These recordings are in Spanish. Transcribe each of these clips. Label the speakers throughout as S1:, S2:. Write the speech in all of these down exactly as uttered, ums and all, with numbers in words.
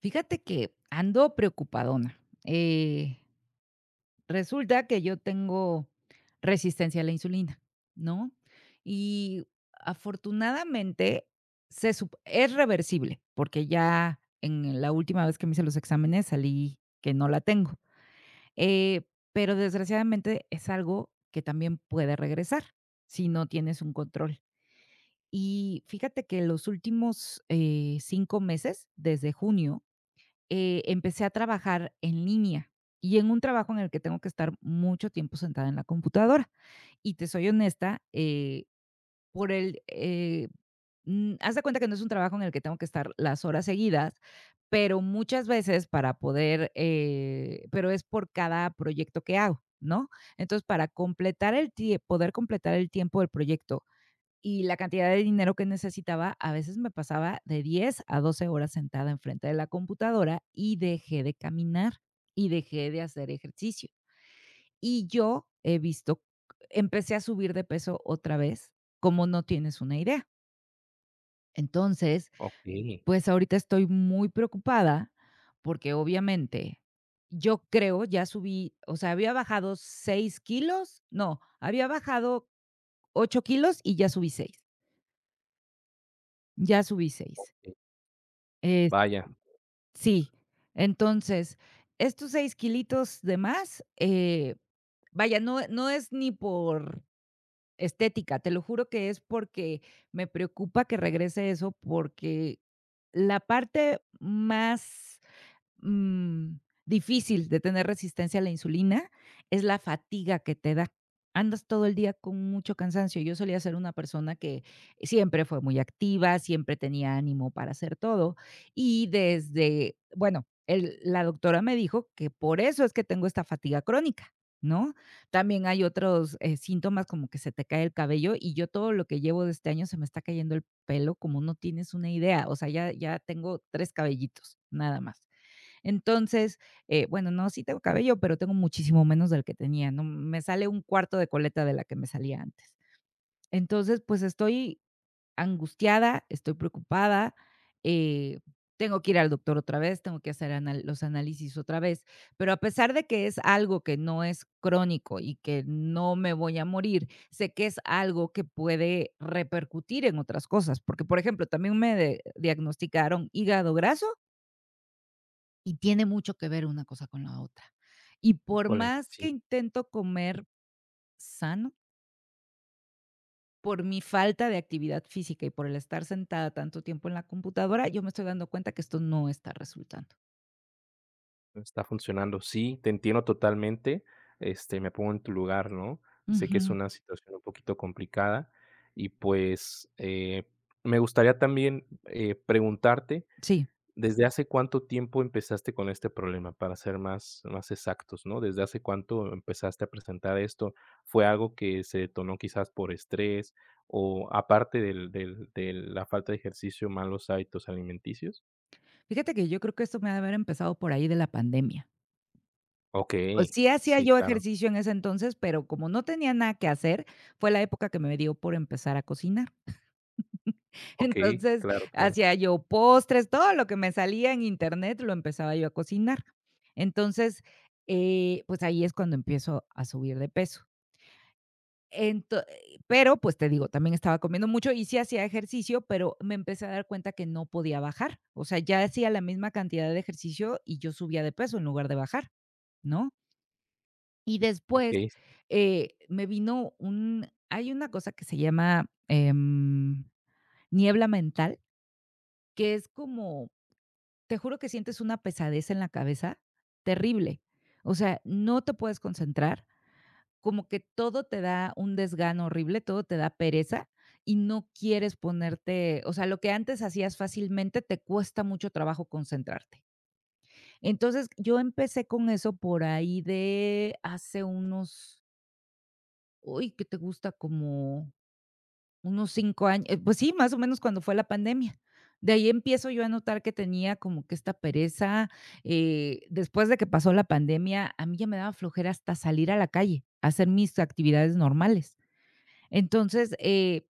S1: Fíjate que ando preocupadona. Eh, Resulta que yo tengo resistencia a la insulina, ¿no? Y afortunadamente se sup- es reversible, porque ya en la última vez que me hice los exámenes salí que no la tengo. Eh, pero desgraciadamente es algo que también puede regresar si no tienes un control. Y fíjate que los últimos eh, cinco meses, desde junio, eh, empecé a trabajar en línea y en un trabajo en el que tengo que estar mucho tiempo sentada en la computadora. Y te soy honesta. eh, por el... eh, mm, Haz de cuenta que no es un trabajo en el que tengo que estar las horas seguidas, pero muchas veces para poder, eh, pero es por cada proyecto que hago, ¿no? Entonces, para completar el tie- poder completar el tiempo del proyecto y la cantidad de dinero que necesitaba, a veces me pasaba de diez a doce horas sentada enfrente de la computadora y dejé de caminar y dejé de hacer ejercicio. Y yo he visto, empecé a subir de peso otra vez, como no tienes una idea. Entonces,
S2: Okey,
S1: pues ahorita estoy muy preocupada porque obviamente yo creo, ya subí, o sea, había bajado seis kilos, no, había bajado ocho kilos y ya subí seis ya subí seis
S2: eh, vaya,
S1: Sí, entonces, estos seis kilitos de más, eh, vaya, no no es ni por estética, te lo juro que es porque me preocupa que regrese eso, porque la parte más mm, difícil de tener resistencia a la insulina es la fatiga que te da. Andas todo el día con mucho cansancio. Yo solía ser una persona que siempre fue muy activa, siempre tenía ánimo para hacer todo y desde, bueno, el- la doctora me dijo que por eso es que tengo esta fatiga crónica. ¿No? También hay otros eh, síntomas, como que se te cae el cabello, y yo todo lo que llevo de este año se me está cayendo el pelo como no tienes una idea. O sea, ya, ya tengo tres cabellitos, nada más. Entonces, eh, bueno, no, sí tengo cabello, pero tengo muchísimo menos del que tenía, ¿no? Me sale un cuarto de coleta de la que me salía antes. Entonces, pues estoy angustiada, estoy preocupada, eh, tengo que ir al doctor otra vez, tengo que hacer anal- los análisis otra vez, pero a pesar de que es algo que no es crónico y que no me voy a morir, sé que es algo que puede repercutir en otras cosas, porque, por ejemplo, también me de- diagnosticaron hígado graso y tiene mucho que ver una cosa con la otra. Y por
S2: híjole,
S1: más
S2: sí,
S1: que intento comer sano, por mi falta de actividad física y por el estar sentada tanto tiempo en la computadora, yo me estoy dando cuenta que esto no está resultando.
S2: no está funcionando. Sí, te entiendo totalmente, este, me pongo en tu lugar, ¿no? Sé que es
S1: Ujú,
S2: una situación un poquito complicada y, pues, eh, me gustaría también, eh, preguntarte,
S1: sí.
S2: ¿desde hace cuánto tiempo empezaste con este problema? Para ser más más exactos, ¿no? ¿Desde hace cuánto empezaste a presentar esto? ¿Fue algo que se detonó quizás por estrés o aparte del del de la falta de ejercicio, malos hábitos alimenticios?
S1: Fíjate que yo creo que esto me ha de haber empezado por ahí de la pandemia. O
S2: Okey,
S1: sí hacía
S2: sí,
S1: yo
S2: claro.
S1: ejercicio en ese entonces, pero como no tenía nada que hacer, fue la época que me dio por empezar a cocinar.
S2: Okey,
S1: Entonces,
S2: claro, claro.
S1: hacía yo postres, todo lo que me salía en internet lo empezaba yo a cocinar. Entonces, eh, pues ahí es cuando empiezo a subir de peso. Ento eh, Pero, pues, te digo, también estaba comiendo mucho y sí hacía ejercicio, pero me empecé a dar cuenta que no podía bajar. O sea, ya hacía la misma cantidad de ejercicio y yo subía de peso en lugar de bajar, ¿no? Y después,
S2: Okey,
S1: eh, me vino un hay una cosa que se llama, em, niebla mental, que es como. Te juro que sientes una pesadez en la cabeza terrible. O sea, no te puedes concentrar, como que todo te da un desgano horrible, todo te da pereza y no quieres ponerte, o sea, lo que antes hacías fácilmente te cuesta mucho trabajo concentrarte. Entonces, yo empecé con eso por ahí de hace unos, uy, ¿qué te gusta? Como unos cinco años, eh, pues sí, más o menos cuando fue la pandemia. De ahí empiezo yo a notar que tenía como que esta pereza. Eh, después de que pasó la pandemia, a mí ya me daba flojera hasta salir a la calle, a hacer mis actividades normales. Entonces, eh,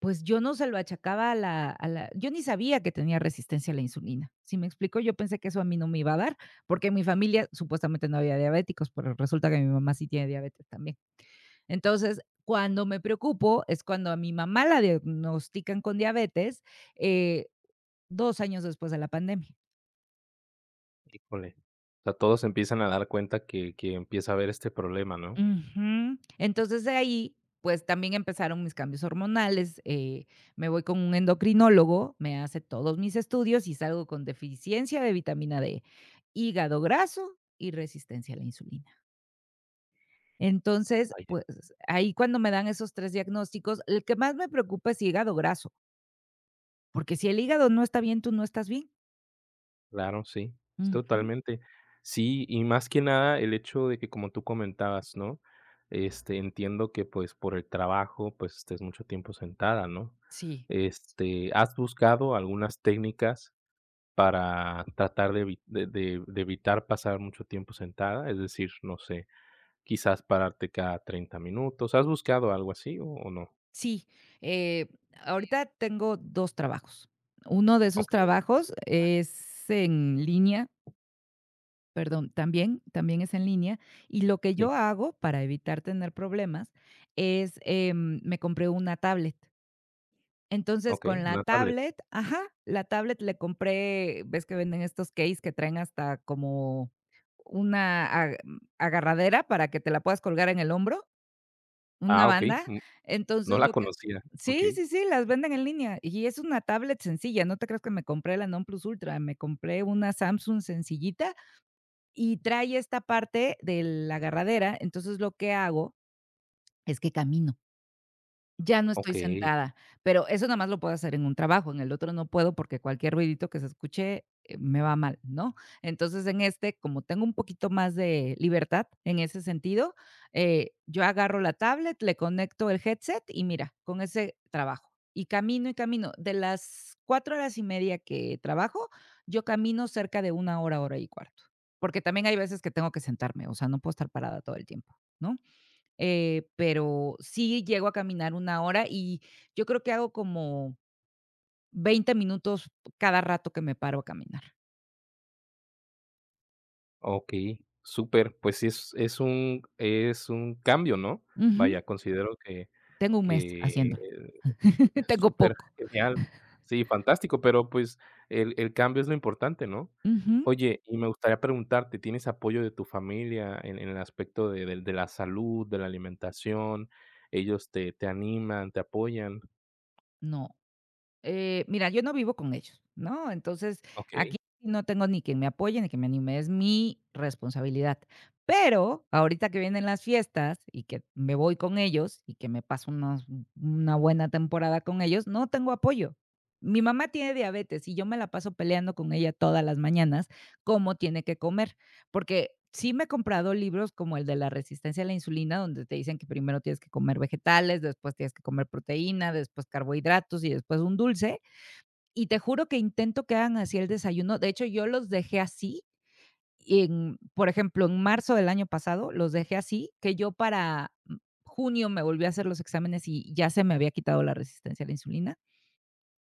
S1: pues yo no se lo achacaba a la a la yo ni sabía que tenía resistencia a la insulina, ¿si me explico? Yo pensé que eso a mí no me iba a dar, porque en mi familia supuestamente no había diabéticos, pero resulta que mi mamá sí tiene diabetes también. Entonces, cuando me preocupo es cuando a mi mamá la diagnostican con diabetes, eh, dos años después de la pandemia.
S2: híjole. O sea, todos se empiezan a dar cuenta que que empieza a haber este problema, ¿no?
S1: Ujú. Entonces, de ahí, pues, también empezaron mis cambios hormonales. Eh, me voy con un endocrinólogo, me hace todos mis estudios y salgo con deficiencia de vitamina D, hígado graso y resistencia a la insulina. Entonces,
S2: Vaya,
S1: pues, ahí cuando me dan esos tres diagnósticos, el que más me preocupa es hígado graso, porque si el hígado no está bien, tú no estás bien.
S2: claro, sí,
S1: Ujú.
S2: totalmente. Sí, y más que nada el hecho de que, como tú comentabas, ¿no? Este, entiendo que, pues, por el trabajo, pues, estés mucho tiempo sentada, ¿no?
S1: Sí,
S2: Este, ¿has buscado algunas técnicas para tratar de evi de de de evitar pasar mucho tiempo sentada? Es decir, no sé, quizás pararte cada treinta minutos, ¿has buscado algo así o o no?
S1: sí. Eh, Ahorita tengo dos trabajos. Uno de esos
S2: Okey,
S1: trabajos es en línea, perdón, también también es en línea, y lo que
S2: sí,
S1: yo hago para evitar tener problemas es, em, me compré una tablet. Entonces,
S2: okey,
S1: con la
S2: una tablet.
S1: tablet, ajá, la tablet le compré, ves que venden estos case que traen hasta como una ag agarradera para que te la puedas colgar en el hombro. Una
S2: Ah, okey,
S1: banda,
S2: mm, no
S1: entonces
S2: la
S1: lo que
S2: conocía,
S1: sí,
S2: okey,
S1: sí, sí, las venden en línea y es una tablet sencilla, no te creas que me compré la non-plus ultra, me compré una Samsung sencillita y trae esta parte de la agarradera, entonces lo que hago es que camino. Ya no estoy
S2: okey,
S1: sentada, pero eso nada más lo puedo hacer en un trabajo, en el otro no puedo porque cualquier ruidito que se escuche, eh, me va mal, ¿no? Entonces, en este, como tengo un poquito más de libertad en ese sentido, eh, yo agarro la tablet, le conecto el headset y mira, con ese trabajo. Y camino y camino. De las cuatro horas y media que trabajo, yo camino cerca de una hora, hora y cuarto, porque también hay veces que tengo que sentarme, o sea, no puedo estar parada todo el tiempo, ¿no? Eh, pero sí llego a caminar una hora y yo creo que hago como veinte minutos cada rato que me paro a caminar.
S2: okey, súper, pues sí es es un es un cambio, ¿no? Vaya,
S1: Ujú.
S2: considero que
S1: Tengo un mes
S2: que
S1: haciéndolo.
S2: es
S1: Tengo
S2: súper
S1: poco.
S2: genial. Sí, fantástico, pero, pues, el el cambio es lo importante, ¿no?
S1: Ujú.
S2: Oye, y me gustaría preguntarte, ¿tienes apoyo de tu familia en en el aspecto de del de la salud, de la alimentación? ¿Ellos te te animan, te apoyan?
S1: No. Eh, mira, yo no vivo con ellos, ¿no? Entonces, aquí
S2: Okey,
S1: no tengo ni quien me apoye, ni que me anime, es mi responsabilidad. Pero ahorita que vienen las fiestas y que me voy con ellos y que me paso unos- una buena temporada con ellos, no tengo apoyo. Mi mamá tiene diabetes y yo me la paso peleando con ella todas las mañanas cómo tiene que comer. Porque sí me he comprado libros como el de la resistencia a la insulina, donde te dicen que primero tienes que comer vegetales, después tienes que comer proteína, después carbohidratos y después un dulce. Y te juro que intento que hagan así el desayuno. De hecho, yo los dejé así. En, por ejemplo, en marzo del año pasado los dejé así, que yo para mm, junio me volví a hacer los exámenes y ya se me había quitado la resistencia a la insulina.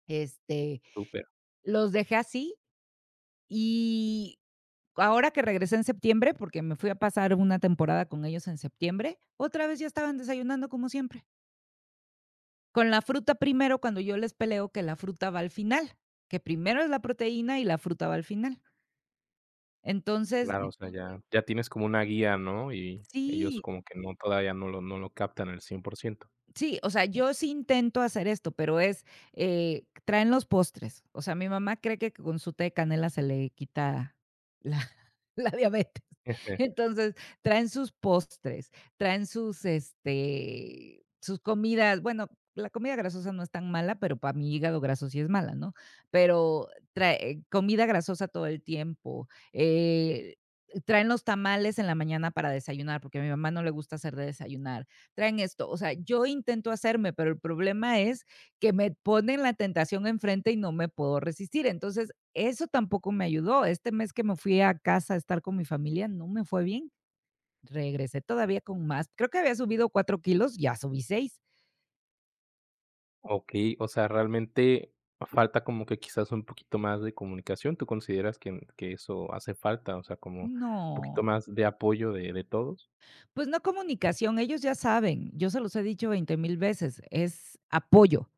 S1: Este,
S2: súper.
S1: los dejé así. Y ahora que regresé en septiembre, porque me fui a pasar una temporada con ellos en septiembre, otra vez ya estaban desayunando como siempre, con la fruta primero, cuando yo les peleo que la fruta va al final, que primero es la proteína y la fruta va al final. Entonces,
S2: Claro, o sea, ya ya tienes como una guía, ¿no? Y ellos
S1: sí.
S2: como que no, todavía no lo no lo captan al cien por ciento.
S1: Sí, o sea, yo sí intento hacer esto, pero es, eh, traen los postres. O sea, mi mamá cree que con su té de canela se le quita la la diabetes. Entonces, traen sus postres, traen sus, este, sus comidas. Bueno, la comida grasosa no es tan mala, pero para mi hígado graso sí es mala, ¿no? Pero trae eh, comida grasosa todo el tiempo. Eh, traen los tamales en la mañana para desayunar, porque a mi mamá no le gusta hacer de desayunar, traen esto. O sea, yo intento hacerme, pero el problema es que me ponen la tentación enfrente y no me puedo resistir. Entonces, eso tampoco me ayudó. Este mes que me fui a casa a estar con mi familia, no me fue bien. Regresé todavía con más. Creo que había subido cuatro kilos, ya subí seis.
S2: Okey, o sea, realmente falta como que quizás un poquito más de comunicación, ¿tú consideras que que eso hace falta? O sea, como un poquito
S1: No,
S2: más de apoyo de de todos.
S1: pues no comunicación, ellos ya saben, yo se los he dicho veinte mil veces, es apoyo.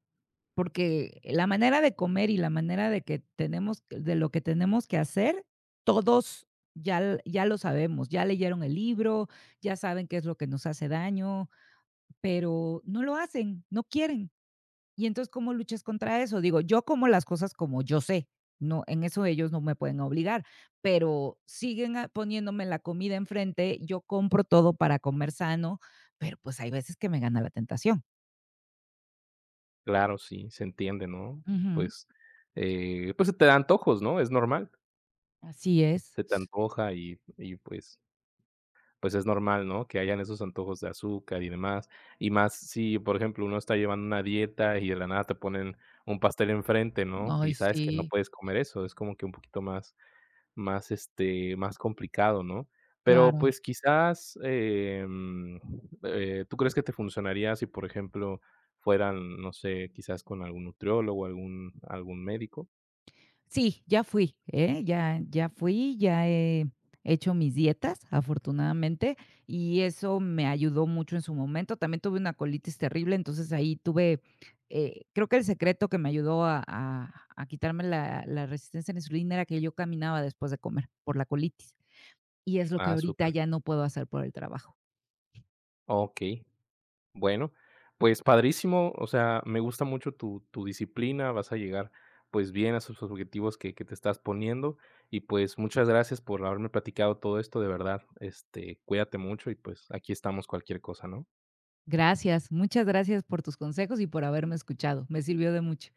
S1: Porque la manera de comer y la manera de que tenemos de lo que tenemos que hacer, todos ya l ya lo sabemos, ya leyeron el libro, ya saben qué es lo que nos hace daño, pero no lo hacen, no quieren. Y entonces, ¿cómo luchas contra eso? Digo, yo como las cosas como yo sé, no, en eso ellos no me pueden obligar, pero siguen a poniéndome la comida enfrente, yo compro todo para comer sano, pero, pues, hay veces que me gana la tentación.
S2: Claro, sí, se entiende, ¿no?
S1: Ujú,
S2: Pues, eh, pues, se te dan antojos, ¿no? Es normal,
S1: así es.
S2: se te antoja y y pues pues, es normal, ¿no? Que hayan esos antojos de azúcar y demás, y más si, por ejemplo, uno está llevando una dieta y de la nada te ponen un pastel enfrente, ¿no?
S1: Ay,
S2: Y sabes que no
S1: sí.
S2: puedes comer eso, es como que un poquito más. Más, este, más complicado, ¿no? Pero,
S1: Claro.
S2: pues, quizás, em, eh, ¿tú crees que te funcionaría si, por ejemplo, fueran, no sé, quizás con algún nutriólogo, algún algún médico?
S1: Sí, ya fui, ¿eh? Ya ya fui, ya he hecho mis dietas, afortunadamente, y eso me ayudó mucho en su momento. También tuve una colitis terrible, entonces ahí tuve, eh, creo que el secreto que me ayudó a a a quitarme la la resistencia a la insulina era que yo caminaba después de comer por la colitis, y es lo que
S2: Ah,
S1: ahorita
S2: súper.
S1: ya no puedo hacer por el trabajo.
S2: Okey. Bueno, pues, padrísimo, o sea, me gusta mucho tu tu disciplina, vas a llegar, pues, bien a esos objetivos que que te estás poniendo y, pues, muchas gracias por haberme platicado todo esto, de verdad, este, cuídate mucho y, pues, aquí estamos cualquier cosa, ¿no?
S1: Gracias, muchas gracias por tus consejos y por haberme escuchado. Me sirvió de mucho.